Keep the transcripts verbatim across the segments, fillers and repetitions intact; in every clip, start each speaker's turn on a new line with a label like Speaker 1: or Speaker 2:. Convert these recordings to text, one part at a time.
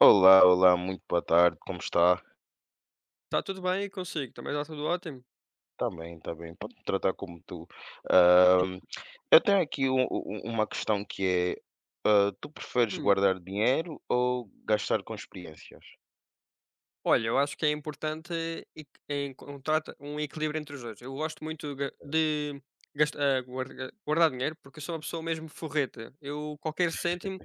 Speaker 1: Olá, olá, muito boa tarde, como está?
Speaker 2: Tá tudo bem e consigo, também está tudo ótimo?
Speaker 1: Está bem, está bem, pode-me tratar como tu. Ahm, eu tenho aqui um- um- uma questão que é, ah, tu preferes
Speaker 2: Hum,
Speaker 1: guardar dinheiro ou gastar com experiências?
Speaker 2: olha, eu acho que é importante eq encontrar um equilíbrio entre os dois. Eu gosto muito ga de gast ah, guardar dinheiro, porque eu sou uma pessoa mesmo forreta. Eu qualquer cêntimo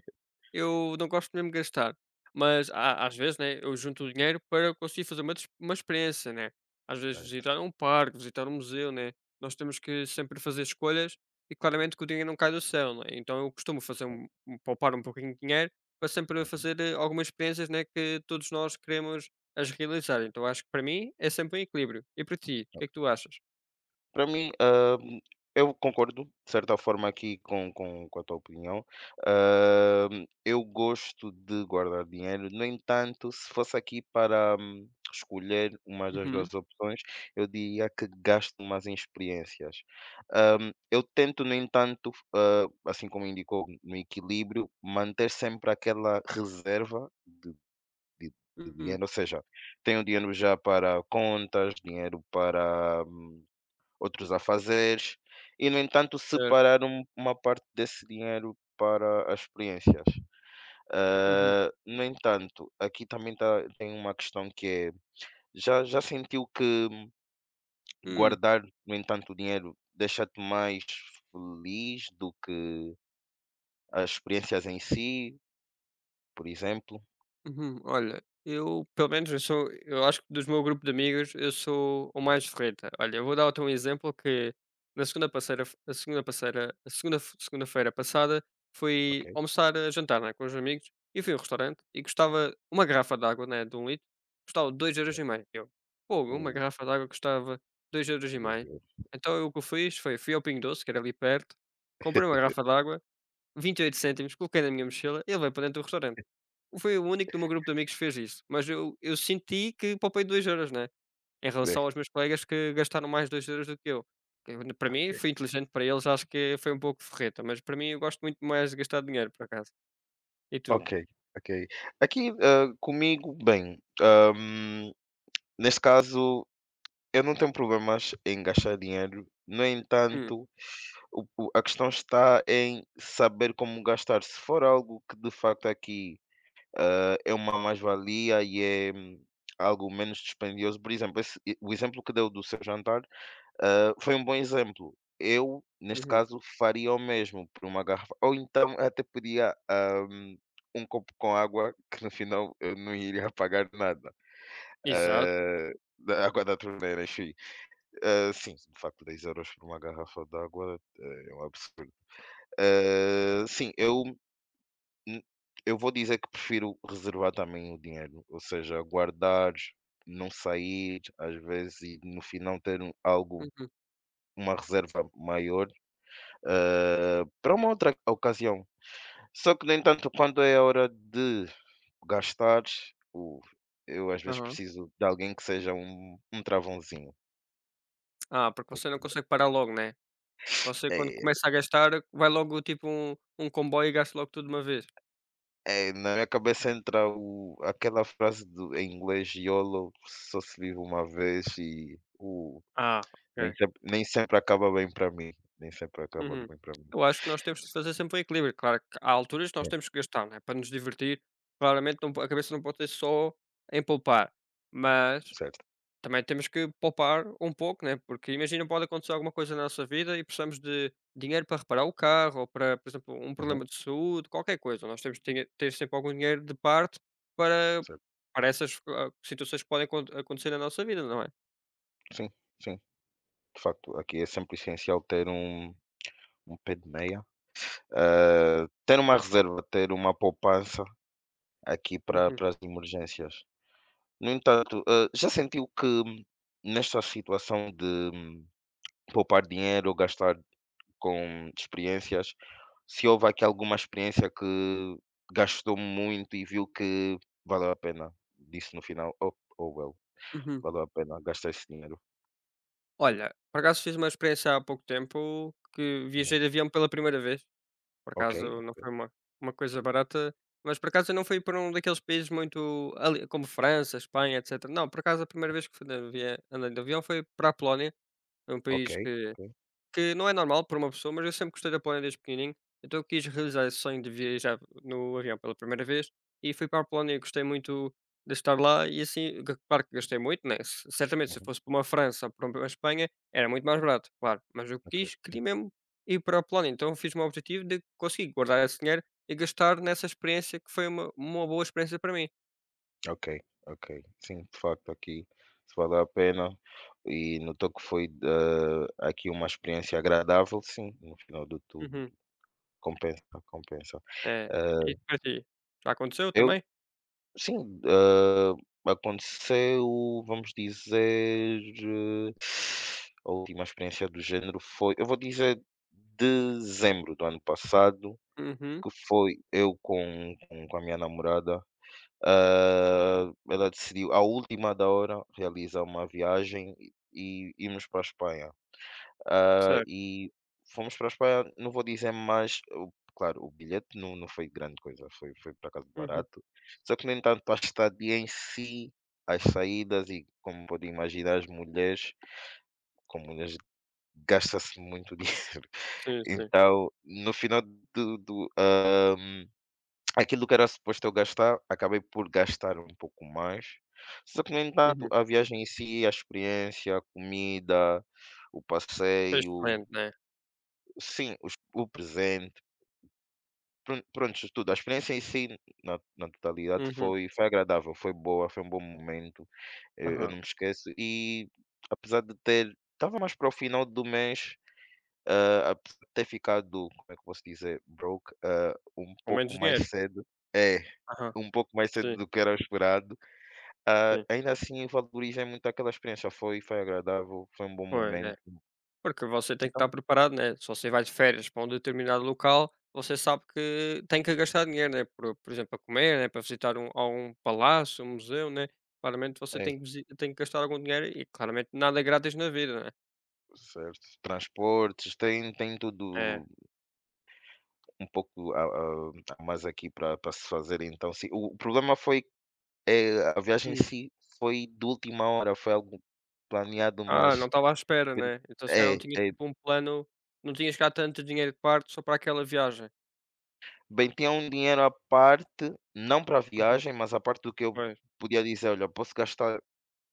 Speaker 2: Eu não gosto mesmo de gastar, mas a às vezes, né, eu junto o dinheiro para conseguir fazer uma des uma experiência, né. Às vezes
Speaker 1: Certo.
Speaker 2: visitar um parque, visitar um museu, né. Nós temos que sempre fazer escolhas e claramente que o dinheiro não cai do céu, né. Então eu costumo fazer um um poupar um pouquinho de dinheiro para sempre
Speaker 1: Uhum.
Speaker 2: fazer, eh, algumas experiências, né, que todos nós queremos as realizar. Então acho que para mim é sempre um equilíbrio. E para ti, o que é que tu achas?
Speaker 1: Para mim, ah, eu concordo, de certa forma, aqui com, com, com a tua opinião. Ah, eu gosto de guardar dinheiro, no entanto, se fosse aqui para hum, escolher uma das
Speaker 2: Uhum.
Speaker 1: duas opções, eu diria que gasto mais em experiências. Ahm, eu tento, no entanto, ah, assim como indicou no equilíbrio, manter sempre aquela reserva de, de de
Speaker 2: Hum.
Speaker 1: dinheiro, ou seja, tenho dinheiro já para contas, dinheiro para hum, outros afazeres, e, no entanto,
Speaker 2: Certo.
Speaker 1: separar um- uma parte desse dinheiro para as experiências.
Speaker 2: Uhum.
Speaker 1: Ah, no entanto, aqui também tá, tem uma questão que é: já, já sentiu que
Speaker 2: Hum.
Speaker 1: guardar, no entanto, o dinheiro deixa-te mais feliz do que as experiências em si, por exemplo?
Speaker 2: Uhum. Olha, eu, pelo menos, eu sou, eu acho que dos meu grupo de amigos, eu sou o mais ferreta. Olha, eu vou dar-te um exemplo que na segunda passeira, a segunda passeira, a segunda segunda-feira passada,
Speaker 1: Ok.
Speaker 2: fui almoçar, a jantar, né, com os amigos e fui a um restaurante e custava uma garrafa de água, né, de um litro, custava dois euros e meio. Eu, pô, uma
Speaker 1: Uh,
Speaker 2: garrafa de água custava dois euros e
Speaker 1: meu
Speaker 2: meio.
Speaker 1: Deus.
Speaker 2: Então eu, o que eu fiz foi, fui ao Pingo Doce, que era ali perto, comprei uma garrafa de água, vinte e oito cêntimos, coloquei na minha mochila e levei para dentro do restaurante. Foi o único do meu grupo de amigos que fez isso, mas eu eu senti que poupei dois€, né, em
Speaker 1: Bem,
Speaker 2: relação aos meus colegas que gastaram mais dois€ do que eu. Eu para mim
Speaker 1: ok.
Speaker 2: foi inteligente, para eles acho que foi um pouco ferreta mas para mim eu gosto muito mais de gastar dinheiro, por acaso. E tu?
Speaker 1: Ok. Ok. Aqui, ah, comigo, bem, ahm, nesse caso. Eu não tenho problemas em gastar dinheiro, no
Speaker 2: Hum,
Speaker 1: entanto, o o a questão está em saber como gastar. Se for algo que de facto aqui, hã, é uma mais-valia e é hum, algo menos dispendioso, por exemplo, esse e o exemplo que deu do seu jantar, hã, foi um bom exemplo. Eu, neste
Speaker 2: uhum.
Speaker 1: caso, faria o mesmo por uma garrafa ou então até podia hã, um copo com água que no final eu não iria pagar nada,
Speaker 2: Exato.
Speaker 1: hã, da água da torneira, enfim. Ah, sim, de facto, dez euros por uma garrafa de água eh, é um absurdo. Ah, sim, eu hum, eu vou dizer que prefiro reservar também o dinheiro, ou seja, guardar, não sair, às vezes, e no final ter um algo
Speaker 2: Uhum,
Speaker 1: uma reserva maior, ah, para uma outra ocasião. Só que, no entanto, quando é a hora de gastar, o eu às vezes
Speaker 2: aham.
Speaker 1: preciso de alguém que seja um um travãozinho.
Speaker 2: Ah, porque você não consegue parar logo, né. Você quando
Speaker 1: É.
Speaker 2: começa a gastar, vai logo tipo um um comboio e gasta logo tudo de uma vez.
Speaker 1: É, na minha cabeça entra o, aquela frase do, em inglês, YOLO, só se vive uma vez e o
Speaker 2: Ah,
Speaker 1: nem
Speaker 2: ok.
Speaker 1: sempre, nem sempre acaba bem para mim. Nem sempre acaba
Speaker 2: Uhum.
Speaker 1: bem para mim.
Speaker 2: Eu acho que nós temos que fazer sempre um equilíbrio. Claro que há alturas que nós
Speaker 1: É,
Speaker 2: temos que gastar, né, para nos divertir. Claramente não po a cabeça não pode ser só em poupar, mas
Speaker 1: certo.
Speaker 2: também temos que poupar um pouco, né, porque imagina pode acontecer alguma coisa na nossa vida e precisamos de dinheiro para reparar o carro ou para, por exemplo, um
Speaker 1: Uhum,
Speaker 2: problema de saúde, qualquer coisa. Nós temos que tinha ter sempre algum dinheiro de parte para
Speaker 1: certo.
Speaker 2: para essas, ah, situações que podem acon acontecer na nossa vida, não é?
Speaker 1: Sim, sim. De facto, aqui é sempre essencial ter um, um pé de meia. Ah, ter uma reserva, ter uma poupança aqui para
Speaker 2: Uhum,
Speaker 1: para as emergências. No entanto, ah, já sentiu que hum, nesta situação de hum, poupar dinheiro ou gastar com experiências, se houve aqui alguma experiência que gastou muito e viu que valeu a pena, disse no final: "Oh, oh well,
Speaker 2: uhum.
Speaker 1: valeu a pena gastar esse dinheiro".
Speaker 2: Olha, por acaso fiz uma experiência há pouco tempo que
Speaker 1: Uhum.
Speaker 2: viajei de avião pela primeira vez. Por
Speaker 1: Ok,
Speaker 2: acaso não foi uma, uma coisa barata, mas por acaso eu não fui para um daqueles países muito ali, como França, Espanha, etcetera. Não, por acaso a primeira vez que fui de avia- andei de avião foi para a Polónia, é um
Speaker 1: ok,
Speaker 2: país que
Speaker 1: ok,
Speaker 2: que não é normal para uma pessoa, mas eu sempre gostei da Polónia desde pequenininho, então eu quis realizar esse sonho de viajar no avião pela primeira vez e fui para a Polónia e gostei muito de estar lá e assim, g claro que gastei muito, né, se certamente se
Speaker 1: uhum,
Speaker 2: fosse para uma França ou para uma Espanha era muito mais barato, claro, mas eu
Speaker 1: ok,
Speaker 2: quis queria mesmo ir para a Polónia, então fiz-me o objetivo de conseguir guardar esse dinheiro e gastar nessa experiência que foi uma uma boa experiência para mim.
Speaker 1: ok, ok. Sim, de facto aqui se valeu a pena e notou que foi, hã, aqui uma experiência agradável, sim, no final de tudo
Speaker 2: Uhum.
Speaker 1: compensa, compensa.
Speaker 2: É. E para ti? Já aconteceu
Speaker 1: Eh, eu
Speaker 2: também?
Speaker 1: Sim, hã, aconteceu, vamos dizer, eh, a última experiência do género foi eu vou dizer dezembro do ano passado,
Speaker 2: Uhum.
Speaker 1: que foi eu com com com a minha namorada, hã, ela decidiu à última da hora realizar uma viagem e e irmos para a Espanha. Ah,
Speaker 2: Certo.
Speaker 1: e fomos para a Espanha, não vou dizer mais, o- claro, o bilhete não, não foi grande coisa, foi, foi por acaso
Speaker 2: Uhum.
Speaker 1: barato. Só que, no entanto, a estadia em si, as saídas e, como podem imaginar, as mulheres, com mulheres gasta-se muito dinheiro.
Speaker 2: Sim, sim.
Speaker 1: Então, no final do, do, ah, aquilo que era suposto eu gastar, acabei por gastar um pouco mais. Só que, no entanto,
Speaker 2: Uhum.
Speaker 1: a viagem em si, a experiência, a comida, o
Speaker 2: Foi
Speaker 1: passeio,
Speaker 2: excelente, né?
Speaker 1: sim, os o presente, pron prontos, tudo. A experiência em si, na na totalidade,
Speaker 2: Uhum,
Speaker 1: foi foi agradável, foi boa, foi um bom momento, eu eu
Speaker 2: aham.
Speaker 1: não me esqueço e apesar de ter estava mais para o final do mês, ah, apesar de ter ficado, como é que eu posso dizer, broke, ah, um
Speaker 2: Com menos
Speaker 1: pouco mais
Speaker 2: dinheiro.
Speaker 1: cedo é,
Speaker 2: Aham.
Speaker 1: um pouco mais cedo
Speaker 2: Sim,
Speaker 1: do que era o esperado, ah,
Speaker 2: sim.
Speaker 1: ainda assim valorizei muito aquela experiência, foi foi agradável, foi um bom
Speaker 2: Pois, é.
Speaker 1: momento,
Speaker 2: Porque você tem que
Speaker 1: então
Speaker 2: estar preparado, né, se você vai de férias para um determinado local, você sabe que tem que gastar dinheiro, né, por por exemplo, para comer, né, para visitar um algum palácio, um museu, né, claramente você
Speaker 1: é,
Speaker 2: tem que visi tem que gastar algum dinheiro e claramente nada é grátis na vida, né.
Speaker 1: certo. Transportes, tem tem
Speaker 2: É.
Speaker 1: tudo um pouco a a a mais aqui para se fazer, então sim. O o problema foi, eh, a viagem em
Speaker 2: Hum.
Speaker 1: si foi de última hora, foi algo planeado,
Speaker 2: Ah, não
Speaker 1: mas
Speaker 2: estava à espera,
Speaker 1: foi de
Speaker 2: né. Então se calhar
Speaker 1: é,
Speaker 2: não tinha
Speaker 1: é.
Speaker 2: tipo um plano. Não tinhas cá tanto dinheiro de parte só para aquela viagem.
Speaker 1: Bem, tinha um dinheiro à parte, não para a
Speaker 2: Uhum.
Speaker 1: viagem, mas a parte do que eu
Speaker 2: Pois.
Speaker 1: podia dizer: "Olha, posso gastar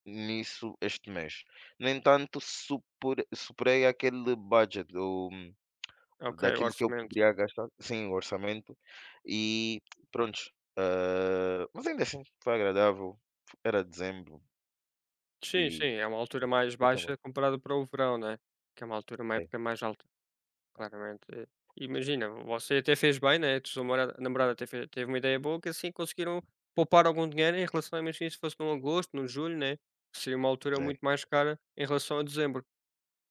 Speaker 1: nisso este mês". No entanto, super superei aquele budget,
Speaker 2: Ok, o
Speaker 1: daquilo que eu
Speaker 2: orçamento.
Speaker 1: poderia gastar sim, o orçamento e pronto, eh, mas ainda assim foi agradável, era dezembro
Speaker 2: Sim, sim,
Speaker 1: e
Speaker 2: é uma altura mais
Speaker 1: foi assim uma-
Speaker 2: baixa comparado para o verão, né? Que é uma altura, uma
Speaker 1: é,
Speaker 2: época mais alta, claramente. Eh, Imagina, você até fez bem, né? A sua namorada, namorada até fe- teve uma ideia boa que assim conseguiram poupar algum dinheiro em relação a, imagina, se fosse num agosto, num julho, né? Seria uma altura muito
Speaker 1: é.
Speaker 2: mais cara em relação a dezembro,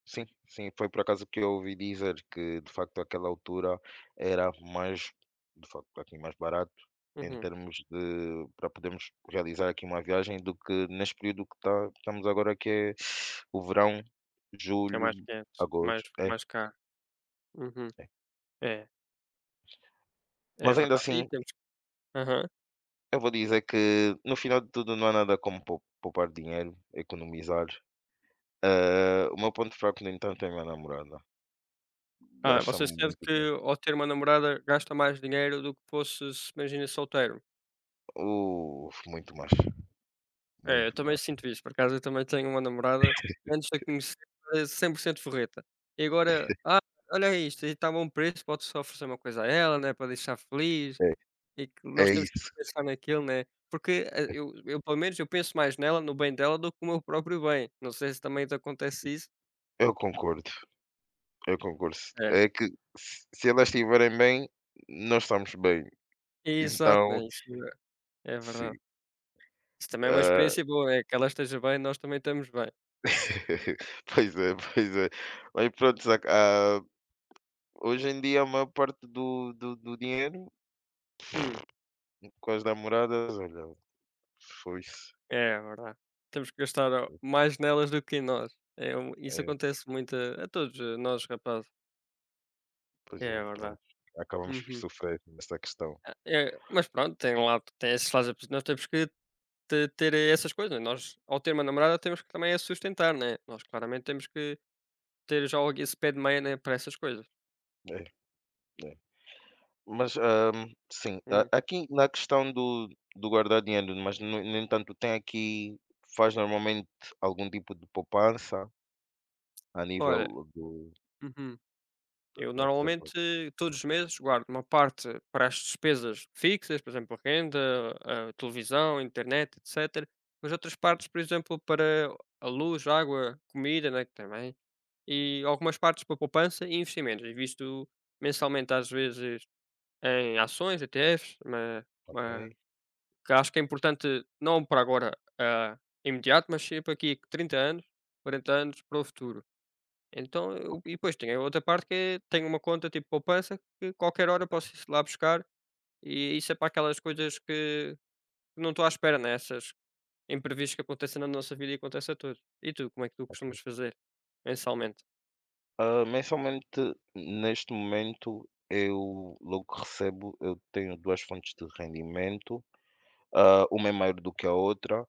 Speaker 1: Sim, sim, foi por acaso que eu ouvi dizer que de facto aquela altura era mais, de facto aqui mais barato em
Speaker 2: uhum,
Speaker 1: termos de para podermos realizar aqui uma viagem do que neste período que tá estamos agora, que é o verão,
Speaker 2: que é
Speaker 1: julho,
Speaker 2: mais quente, mais,
Speaker 1: agosto, é,
Speaker 2: mais caro. Uhum.
Speaker 1: é.
Speaker 2: É, é
Speaker 1: Mas ainda
Speaker 2: verdade.
Speaker 1: assim
Speaker 2: E temos. Aham.
Speaker 1: eu vou dizer que no final de tudo não há nada como pou poupar dinheiro, economizar. Ah, o meu ponto fraco, no entanto, é a minha namorada.
Speaker 2: Ah, você
Speaker 1: Gasta-me
Speaker 2: sente
Speaker 1: muito
Speaker 2: que
Speaker 1: bem.
Speaker 2: ao ter uma namorada gasta mais dinheiro do que fosse, se imagina, solteiro?
Speaker 1: Uh, muito mais,
Speaker 2: É, eu
Speaker 1: muito
Speaker 2: também
Speaker 1: mais.
Speaker 2: sinto isso, por acaso eu também tenho uma namorada, que antes de a conhecer era cem por cento forreta, e agora: "Ah, olha isto, e está a bom preço, pode só oferecer uma coisa a ela, né, para deixar feliz",
Speaker 1: É,
Speaker 2: e que nós
Speaker 1: é
Speaker 2: temos
Speaker 1: isso.
Speaker 2: que pensar naquilo, né, porque, eh, eu eu pelo menos eu penso mais nela, no bem dela, do que o meu próprio bem, não sei se também te acontece isso.
Speaker 1: Eu concordo, eu concordo.
Speaker 2: É,
Speaker 1: É que se se elas estiverem bem, nós estamos bem.
Speaker 2: exato, né,
Speaker 1: Então,
Speaker 2: isso é é
Speaker 1: sim.
Speaker 2: verdade. Isso também é uma
Speaker 1: Ah,
Speaker 2: experiência boa, é que ela esteja bem, nós também estamos bem.
Speaker 1: Pois é, pois é. Mas pronto, saca, ah, hoje em dia a maior parte do do do dinheiro
Speaker 2: Hum.
Speaker 1: com as namoradas, olha, foi-se.
Speaker 2: É verdade. Temos que gastar o mais nelas do que em nós. É um isso
Speaker 1: É,
Speaker 2: acontece muito a a todos, eh, nós rapazes.
Speaker 1: pois é,
Speaker 2: É verdade.
Speaker 1: pronto. Acabamos por
Speaker 2: Uhum.
Speaker 1: sofrer nessa questão.
Speaker 2: Ah, eh, mas pronto, tem um lado tem esses lados a nós temos que te ter essas coisas. Né? Nós, ao ter uma namorada, temos que também a sustentar, né. Nós claramente temos que ter já esse pé de meia, né, para essas coisas.
Speaker 1: É, é. Mas, hum, sim, a
Speaker 2: Hum,
Speaker 1: aqui na questão do do guardar dinheiro, mas no no entanto tem aqui, faz normalmente algum tipo de poupança a
Speaker 2: Olha,
Speaker 1: nível do
Speaker 2: uhum.
Speaker 1: da
Speaker 2: Eu
Speaker 1: da reserva?
Speaker 2: normalmente todos os meses guardo uma parte para as despesas fixas, por exemplo, renda, ah, televisão, internet, etcetera. Mas outras partes, por exemplo, para a luz, água, comida, né, que também. E algumas partes para poupança e investimentos. Invisto mensalmente, às vezes, em ações, E T F s, mas
Speaker 1: Ok.
Speaker 2: ma- que acho que é importante, não para agora ah, imediato, mas sempre aqui trinta anos, quarenta anos para o futuro. Então eu e depois tem a outra parte que é tenho uma conta tipo poupança que qualquer hora posso ir lá buscar, e isso é para aquelas coisas que não estou à espera, né, essas imprevistos que acontecem na nossa vida e acontece a todos. E tu, como é que tu
Speaker 1: Ok.
Speaker 2: costumas fazer mensalmente?
Speaker 1: Ah, mensalmente, neste momento, eu logo que recebo, eu tenho duas fontes de rendimento, ah, uma é maior do que a outra.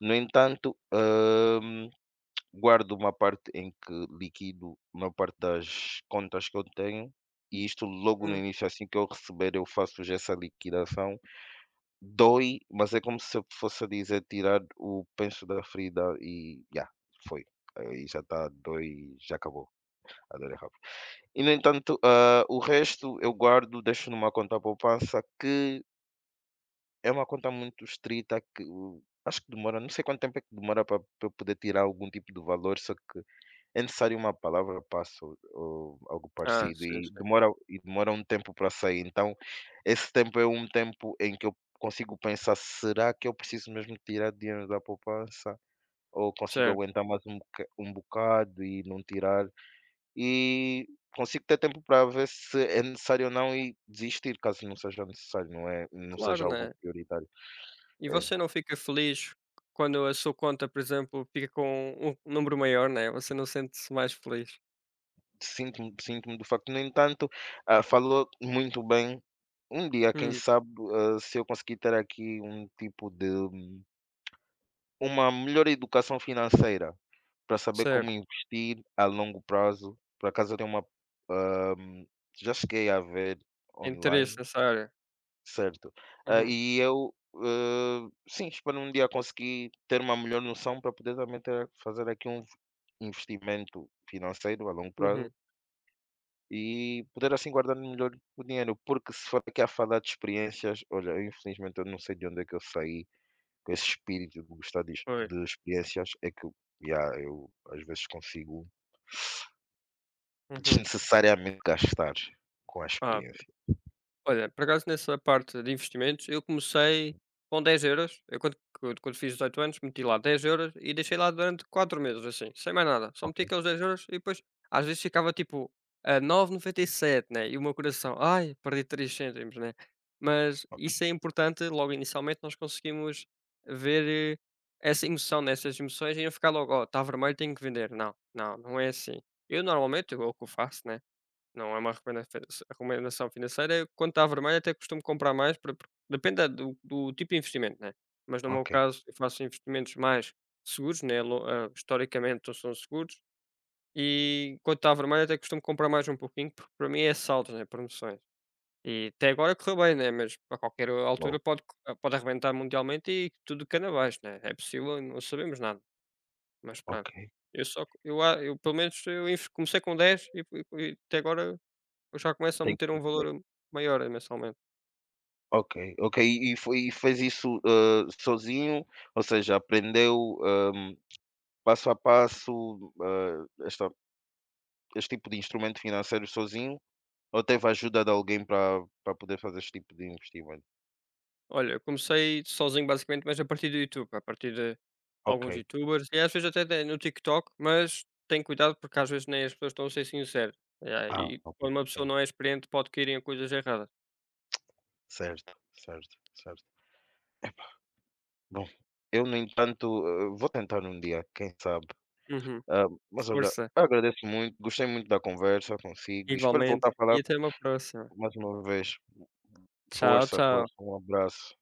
Speaker 1: No entanto, hum, guardo uma parte em que liquido uma parte das contas que eu tenho, e isto logo no
Speaker 2: Hum.
Speaker 1: início, assim que eu receber, eu faço já essa liquidação. Dói, mas é como se eu fosse a dizer tirar o penso da ferida e já, foi. Aí já está, dói, já acabou, a dor é rápida. E no entanto, ah, o resto eu guardo, deixo numa conta poupança que é uma conta muito estrita que uh, acho que demora, não sei quanto tempo é que demora para eu poder tirar algum tipo de valor, só que é necessário uma palavra passe ou ou algo
Speaker 2: Ah,
Speaker 1: parecido
Speaker 2: sim,
Speaker 1: e
Speaker 2: sim.
Speaker 1: demora e demora um tempo para sair, então esse tempo é um tempo em que eu consigo pensar: "Será que eu preciso mesmo tirar dinheiro da poupança ou consigo
Speaker 2: Certo.
Speaker 1: aguentar mais um boca um bocado e não tirar?" E consigo ter tempo para ver se é necessário ou não e desistir, caso não seja necessário, não é não
Speaker 2: Claro,
Speaker 1: seja algo
Speaker 2: né.
Speaker 1: prioritário.
Speaker 2: E
Speaker 1: É.
Speaker 2: você não fica feliz quando a sua conta, por exemplo, fica com um número maior, né, você não sente-se mais feliz?
Speaker 1: Sinto-me sinto do facto. No entanto, ah, falou muito bem. Um dia, quem
Speaker 2: Hum,
Speaker 1: sabe, ah, se eu conseguir ter aqui um tipo de, hum, uma melhor educação financeira para saber como
Speaker 2: certo.
Speaker 1: investir a longo prazo. Por acaso eu tenho uma, ah, já cheguei a ver
Speaker 2: Interesse
Speaker 1: online,
Speaker 2: nessa área.
Speaker 1: certo? Ah,
Speaker 2: Uhum,
Speaker 1: e eu, ah, sim, espero um dia conseguir ter uma melhor noção para poder também ter, fazer aqui um investimento financeiro a longo
Speaker 2: uhum,
Speaker 1: prazo. E poder assim guardar melhor o dinheiro, porque se for aqui a falar de experiências, olha, eu infelizmente eu não sei de onde é que eu saí com esse espírito de gostar de
Speaker 2: pois.
Speaker 1: de experiências, é que eu yeah, eu às vezes consigo
Speaker 2: Uhum.
Speaker 1: desnecessariamente gastar com a
Speaker 2: Ah
Speaker 1: experiência.
Speaker 2: Olha, por acaso nessa parte de investimentos, eu comecei com dez euros. Eu quando quando quando fiz dezoito anos meti lá dez euros e deixei lá durante quatro meses assim, sem mais nada. Só
Speaker 1: Ok,
Speaker 2: meti aqueles dez euros e depois às vezes ficava tipo a nove vírgula noventa e sete né, e o meu coração: "Ai, perdi três cêntimos", né. Mas
Speaker 1: ok,
Speaker 2: isso é importante, logo inicialmente nós conseguimos ver, eh, essa emoção, nessas emoções e não ficar logo: "Oh, está vermelho, tenho que vender". Não, não, não é assim. Eu normalmente, eu, é o que eu faço, né. Não é uma recomenda recomendação financeira. Eu, quando está vermelho até costumo comprar mais para por depende da do do tipo de investimento, né, mas no meu
Speaker 1: ok,
Speaker 2: caso eu faço investimentos mais seguros, né, lo ah, historicamente não são seguros, e quando está vermelho até costumo comprar mais um pouquinho, porque para mim é saldos, né, promoções. E até agora correu bem, né, mas a qualquer
Speaker 1: uau,
Speaker 2: altura pode co ah, pode arrebentar mundialmente e tudo cana abaixo, né, é possível, não sabemos nada, mas
Speaker 1: ok,
Speaker 2: pronto. Eu só co- eu a eu pelo menos eu inves comecei com dez e fui e até agora eu já começo a
Speaker 1: tem
Speaker 2: meter
Speaker 1: que
Speaker 2: um
Speaker 1: ir bem.
Speaker 2: valor maior, eh, mensalmente.
Speaker 1: Ok, ok, e foi e fez isso, hã, sozinho? Ou seja, aprendeu, hã, passo a passo, hã, esta este tipo de instrumento financeiro sozinho? Ou teve a ajuda de alguém para para poder fazer este tipo de investimento?
Speaker 2: Olha, eu comecei sozinho basicamente, mas a partir do YouTube, a partir de
Speaker 1: Ok.
Speaker 2: alguns youtubers e às vezes até de no TikTok, mas tem cuidado porque às vezes nem as pessoas estão a ser sinceras. Yeah,
Speaker 1: Ah,
Speaker 2: e
Speaker 1: ok,
Speaker 2: quando uma pessoa
Speaker 1: sim.
Speaker 2: não é experiente pode cair em coisas erradas.
Speaker 1: Certo, certo, certo. Bom, eu no entanto, eh, vou tentar um dia, quem sabe.
Speaker 2: Uhum.
Speaker 1: Ah, mas olha,
Speaker 2: Força,
Speaker 1: agradeço muito, gostei muito da conversa consigo e espero
Speaker 2: igualmente
Speaker 1: voltar a falar
Speaker 2: e até uma próxima.
Speaker 1: mais uma vez.
Speaker 2: Tchau,
Speaker 1: Força,
Speaker 2: tchau.
Speaker 1: força, um abraço.